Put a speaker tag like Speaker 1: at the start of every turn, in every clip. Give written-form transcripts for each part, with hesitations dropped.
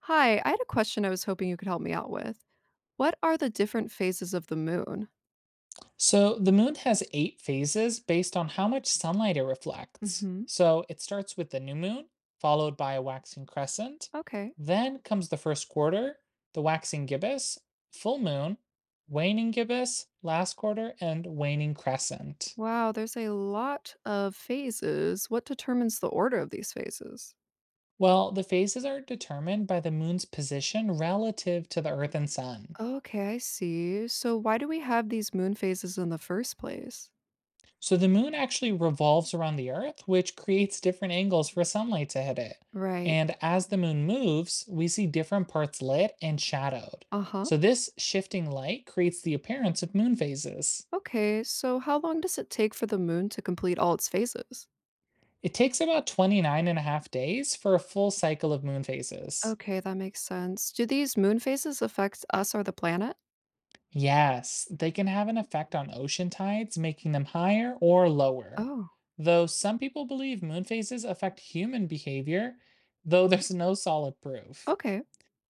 Speaker 1: Hi, I had a question I was hoping you could help me out with. What are the different phases of the moon?
Speaker 2: So the moon has eight phases based on how much sunlight it reflects.
Speaker 1: Hmm.
Speaker 2: So it starts with the new moon, followed by a waxing crescent.
Speaker 1: Okay.
Speaker 2: Then comes the first quarter, the waxing gibbous, full moon, waning gibbous, last quarter, and waning crescent.
Speaker 1: Wow, there's a lot of phases. What determines the order of these phases?
Speaker 2: Well, the phases are determined by the moon's position relative to the earth and sun.
Speaker 1: Okay, I see. So why do we have these moon phases in the first place?
Speaker 2: So the moon actually revolves around the Earth, which creates different angles for sunlight to hit it.
Speaker 1: Right.
Speaker 2: And as the moon moves, we see different parts lit and shadowed.
Speaker 1: Uh-huh.
Speaker 2: So this shifting light creates the appearance of moon phases.
Speaker 1: Okay, so how long does it take for the moon to complete all its phases?
Speaker 2: It takes about 29 and a half days for a full cycle of moon phases.
Speaker 1: Okay, that makes sense. Do these moon phases affect us or the planet?
Speaker 2: Yes, they can have an effect on ocean tides, making them higher or lower.
Speaker 1: Oh,
Speaker 2: Though some people believe moon phases affect human behavior, though there's no solid proof.
Speaker 1: okay.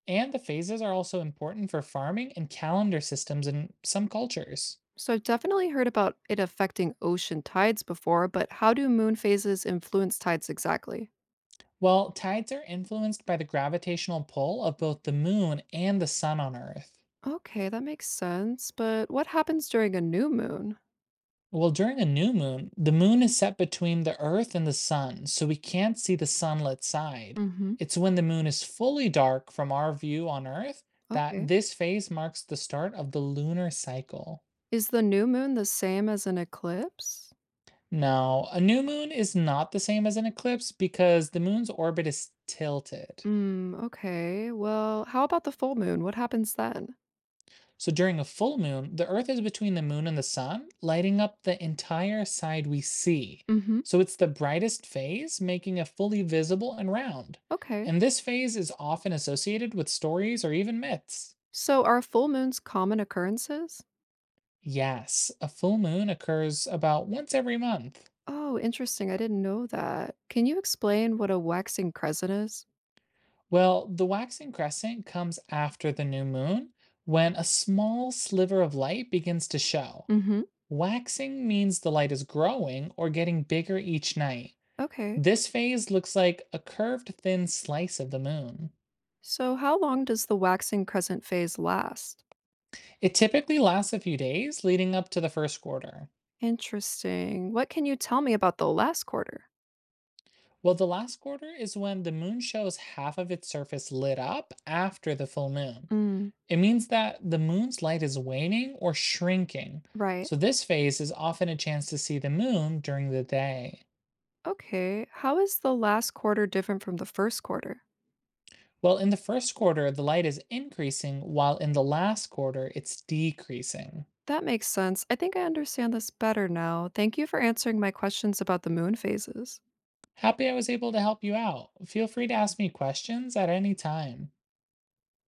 Speaker 2: And the phases are also important for farming and calendar systems in some cultures.
Speaker 1: So I've definitely heard about it affecting ocean tides before, but how do moon phases influence tides exactly?
Speaker 2: Well, tides are influenced by the gravitational pull of both the moon and the sun on Earth.
Speaker 1: Okay, that makes sense. But what happens during a new moon?
Speaker 2: Well, during a new moon, the moon is set between the Earth and the sun, so we can't see the sunlit side.
Speaker 1: Hmm.
Speaker 2: It's when the moon is fully dark from our view on Earth that
Speaker 1: Okay.
Speaker 2: this phase marks the start of the lunar cycle.
Speaker 1: Is the new moon the same as an eclipse?
Speaker 2: Now, a new moon is not the same as an eclipse because the moon's orbit is tilted.
Speaker 1: Hmm, okay. Well, how about the full moon? What happens then?
Speaker 2: So during a full moon, the Earth is between the moon and the sun, lighting up the entire side we see.
Speaker 1: Hmm.
Speaker 2: So it's the brightest phase, making it fully visible and round.
Speaker 1: Okay.
Speaker 2: And this phase is often associated with stories or even myths.
Speaker 1: So are full moons common occurrences?
Speaker 2: Yes, a full moon occurs about once every month.
Speaker 1: Oh, interesting. I didn't know that. Can you explain what a waxing crescent is?
Speaker 2: Well, the waxing crescent comes after the new moon when a small sliver of light begins to show.
Speaker 1: Hmm.
Speaker 2: Waxing means the light is growing or getting bigger each night.
Speaker 1: Okay.
Speaker 2: This phase looks like a curved thin slice of the moon.
Speaker 1: So, how long does the waxing crescent phase last?
Speaker 2: It typically lasts a few days leading up to the first quarter.
Speaker 1: Interesting. What can you tell me about the last quarter?
Speaker 2: Well, the last quarter is when the moon shows half of its surface lit up after the full moon.
Speaker 1: Mm,
Speaker 2: It means that the moon's light is waning or shrinking,
Speaker 1: right.
Speaker 2: so this phase is often a chance to see the moon during the day.
Speaker 1: Okay. How is the last quarter different from the first quarter?
Speaker 2: Well, in the first quarter, the light is increasing, while in the last quarter, it's decreasing.
Speaker 1: That makes sense. I think I understand this better now. Thank you for answering my questions about the moon phases.
Speaker 2: Happy I was able to help you out. Feel free to ask me questions at any time.